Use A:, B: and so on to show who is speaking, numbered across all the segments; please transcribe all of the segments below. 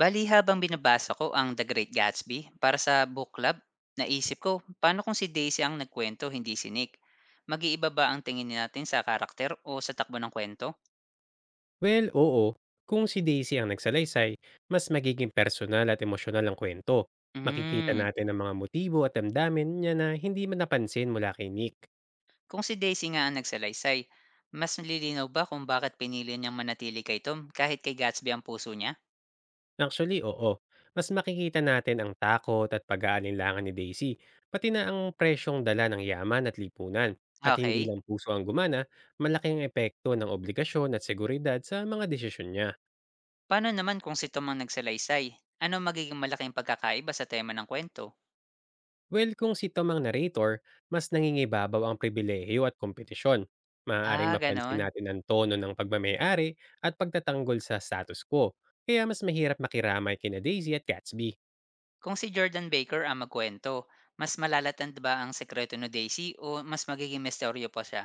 A: Bali habang binabasa ko ang The Great Gatsby para sa book club, naisip ko, paano kung si Daisy ang nagkwento, hindi si Nick? Mag-iiba ba ang tingin natin sa karakter o sa takbo ng kwento?
B: Well, oo. Kung si Daisy ang nagsalaysay, mas magiging personal at emosyonal ang kwento. Makikita
A: Hmm,
B: natin ang mga motibo at damdamin niya na hindi man napansin mula kay Nick.
A: kung si Daisy nga ang nagsalaysay, mas nililinaw ba kung bakit pinili niyang manatili kay Tom kahit kay Gatsby ang puso niya?
B: Actually, oo. Mas makikita natin ang takot at pag-aalinlangan ni Daisy, pati na ang presyong dala ng yaman at lipunan. At hindi
A: Okay,
B: lang puso ang gumana, malaking epekto ng obligasyon at seguridad sa mga desisyon niya.
A: paano naman kung si Tom ang nagsalaysay? Ano magiging malaking pagkakaiba sa tema ng kwento?
B: Well, kung si Tom ang narrator, mas nangingibabaw ang pribilehiyo at kompetisyon. Maaaring
A: Ah,
B: mapansin
A: ganon.
B: natin ang tono ng pagmamayari at pagtatanggol sa status quo. Kaya mas mahirap makiramay kina Daisy at Gatsby.
A: Kung si Jordan Baker ang magkuwento, mas malalatand ba ang sekreto ni Daisy o mas magiging misteryo pa siya?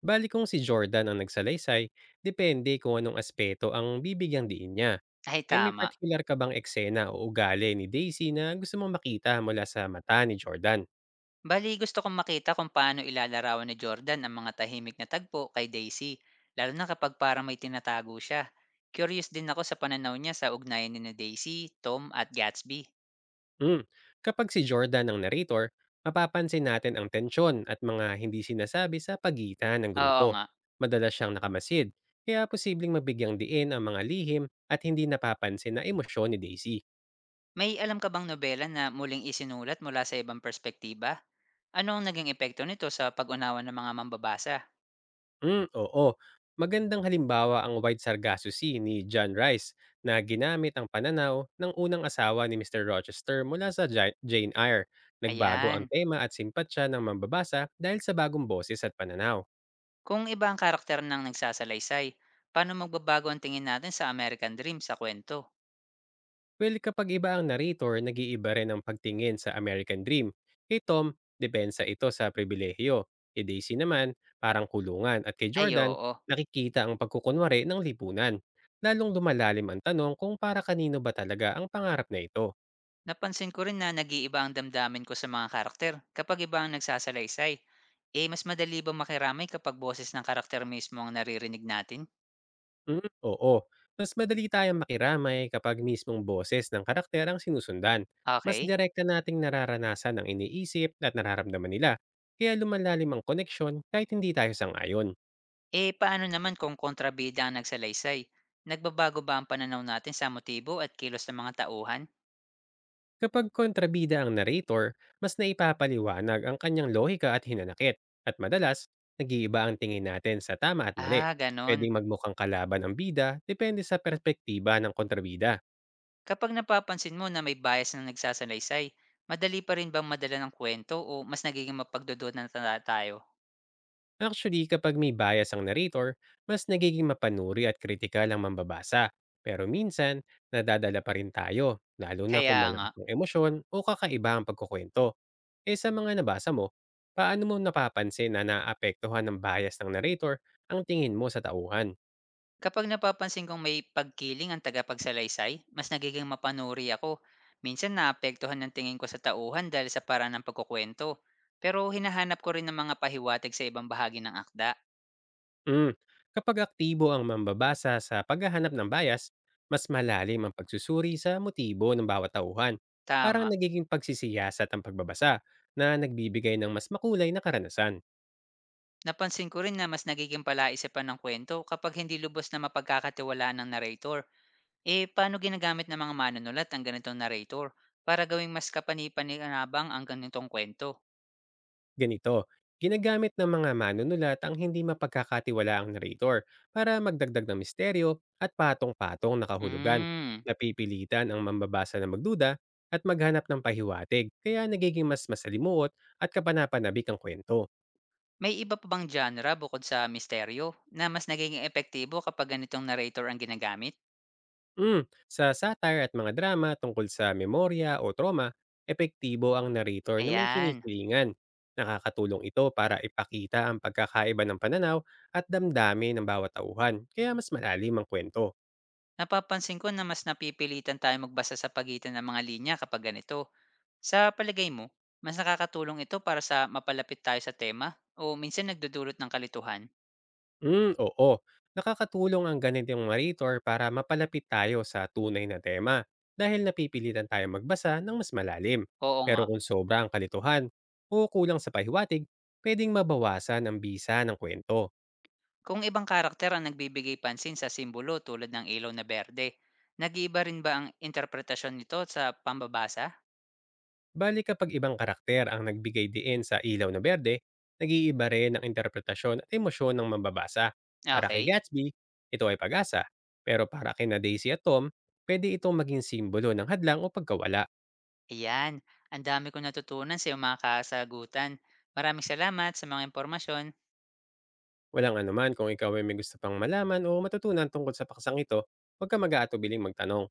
B: Bali kung si Jordan ang nagsalaysay, depende kung anong aspeto ang bibigyang diin niya.
A: Ay,
B: E may
A: tama.
B: particular ka bang eksena o ugali ni Daisy na gusto mong makita mula sa mata ni Jordan?
A: Bali gusto kong makita kung paano ilalarawan ni Jordan ang mga tahimik na tagpo kay Daisy, lalo na kapag parang may tinatago siya. Curious din ako sa pananaw niya sa ugnayan ni na Daisy, Tom at Gatsby.
B: Mm. Kapag si Jordan ang narrator, mapapansin natin ang tensyon at mga hindi sinasabi sa pagitan ng
A: Oo
B: grupo.
A: nga.
B: Madalas siyang nakamasid, kaya posibleng mabigyang diin ang mga lihim at hindi napapansin na emosyon ni Daisy.
A: May alam ka bang nobela na muling isinulat mula sa ibang perspektiba? Ano ang naging epekto nito sa pag-unawa ng mga mambabasa?
B: Mm, oo. Magandang halimbawa ang White Sargassy ni John Rice na ginamit ang pananaw ng unang asawa ni Mr. Rochester mula sa Jane Eyre. Nagbago ang
A: Ayan.
B: tema at simpatsya ng mambabasa dahil sa bagong boses at pananaw.
A: Kung iba ang karakter ng nagsasalaysay, paano magbabago ang tingin natin sa American Dream sa kwento?
B: Well, kapag iba ang narrator, nag-iiba rin ang pagtingin sa American Dream. Kay Tom, depensa ito sa pribilehiyo. Kay Daisy naman, parang kulungan. At kay
A: Ay,
B: Jordan,
A: oo,
B: nakikita ang pagkukunwari ng lipunan. Lalong lumalalim ang tanong kung para kanino ba talaga ang pangarap na ito.
A: napansin ko rin na nag-iiba ang damdamin ko sa mga karakter kapag iba ang nagsasalaysay. Eh, mas madali ba makiramay kapag boses ng karakter mismo ang naririnig natin?
B: Mm, oo, mas madali tayong makiramay kapag mismong boses ng karakter ang sinusundan. Mas
A: Okay.
B: direkta nating nararanasan ang iniisip at nararamdaman nila. Kaya lumalalim ang koneksyon kahit hindi tayo sangayon.
A: Eh, paano naman kung kontrabida ang nagsalaysay? Nagbabago ba ang pananaw natin sa motibo at kilos ng mga tauhan?
B: Kapag kontrabida ang narrator, mas naipapaliwanag ang kanyang lohika at hinanakit, at madalas, nag-iiba ang tingin natin sa tama at mali.
A: Ah, ganon.
B: Pwedeng magmukhang kalaban ang bida depende sa perspektiba ng kontrabida.
A: Kapag napapansin mo na may bias na nagsasalaysay, madali pa rin bang madala ng kwento o mas nagiging mapagdudod tayo?
B: Actually, kapag may bias ang narrator, mas nagiging mapanuri at kritikal ang mambabasa. Pero minsan, nadadala pa rin tayo, lalo na kung
A: Kaya nga,
B: malakas ang emosyon o kakaiba ang pagkukwento. Eh, sa mga nabasa mo, paano mo napapansin na naapektuhan ng bias ng narrator ang tingin mo sa tauhan?
A: kapag napapansin kong may pagkiling ang tagapagsalaysay, mas nagiging mapanuri ako. Minsan naapektuhan ng tingin ko sa tauhan dahil sa paraan ng pagkukwento. Pero hinahanap ko rin ng mga pahiwatig sa ibang bahagi ng akda.
B: Hmm, kapag aktibo ang mambabasa sa paghahanap ng bias, mas malalim ang pagsusuri sa motibo ng bawat tauhan. Parang
A: Tama.
B: nagiging pagsisiyasat ang pagbabasa na nagbibigay ng mas makulay na karanasan.
A: Napansin ko rin na mas nagiging palaisipan ng kwento kapag hindi lubos na mapagkakatiwalaan ng narrator. Eh, paano ginagamit ng mga manunulat ang ganitong narrator para gawing mas kapani-panikanabang ang ganitong kwento?
B: Ganito, ginagamit ng mga manunulat ang hindi mapagkakatiwalaang narrator para magdagdag ng misteryo at patong-patong nakahulugan.
A: Hmm.
B: Napipilitan ang mambabasa na magduda at maghanap ng pahiwatig, kaya nagiging mas masalimuot at kapanapanabik ang kwento.
A: May iba pa bang genre bukod sa misteryo na mas nagiging epektibo kapag ganitong narrator ang ginagamit?
B: Mm, sa satire at mga drama tungkol sa memorya o trauma, epektibo ang narrator na may
A: Ayan.
B: kinikilingan. Nakakatulong ito para ipakita ang pagkakaiba ng pananaw at damdamin ng bawat tauhan, kaya mas malalim ang kwento.
A: Napapansin ko na mas napipilitan tayo magbasa sa pagitan ng mga linya kapag ganito. Sa palagay mo, mas nakakatulong ito para sa mapalapit tayo sa tema o minsan nagdudulot ng kalituhan?
B: Hmm, oo. Nakakatulong ang ganitong narrator para mapalapit tayo sa tunay na tema dahil napipilitan tayong magbasa ng mas malalim.
A: Oo nga.
B: Pero kung sobra ang kalituhan o kulang sa pahiwatig, pwedeng mabawasan ang bisa ng kwento.
A: Kung ibang karakter ang nagbibigay pansin sa simbolo tulad ng ilaw na berde, nag-iiba rin ba ang interpretasyon nito sa pambabasa?
B: Bali kapag ibang karakter ang nagbigay diin sa ilaw na berde, nag-iiba rin ang interpretasyon at emosyon ng mambabasa. Para kay
A: Okay,
B: Gatsby, ito ay pag-asa. Pero para kina Daisy at Tom, pwede itong maging simbolo ng hadlang o pagkawala.
A: ayan. Ang dami kong natutunan sa iyong mga kasagutan. Maraming salamat sa mga impormasyon.
B: Walang anuman, kung ikaw ay may gusto pang malaman o matutunan tungkol sa paksang ito, huwag kang mag-aatubiling magtanong.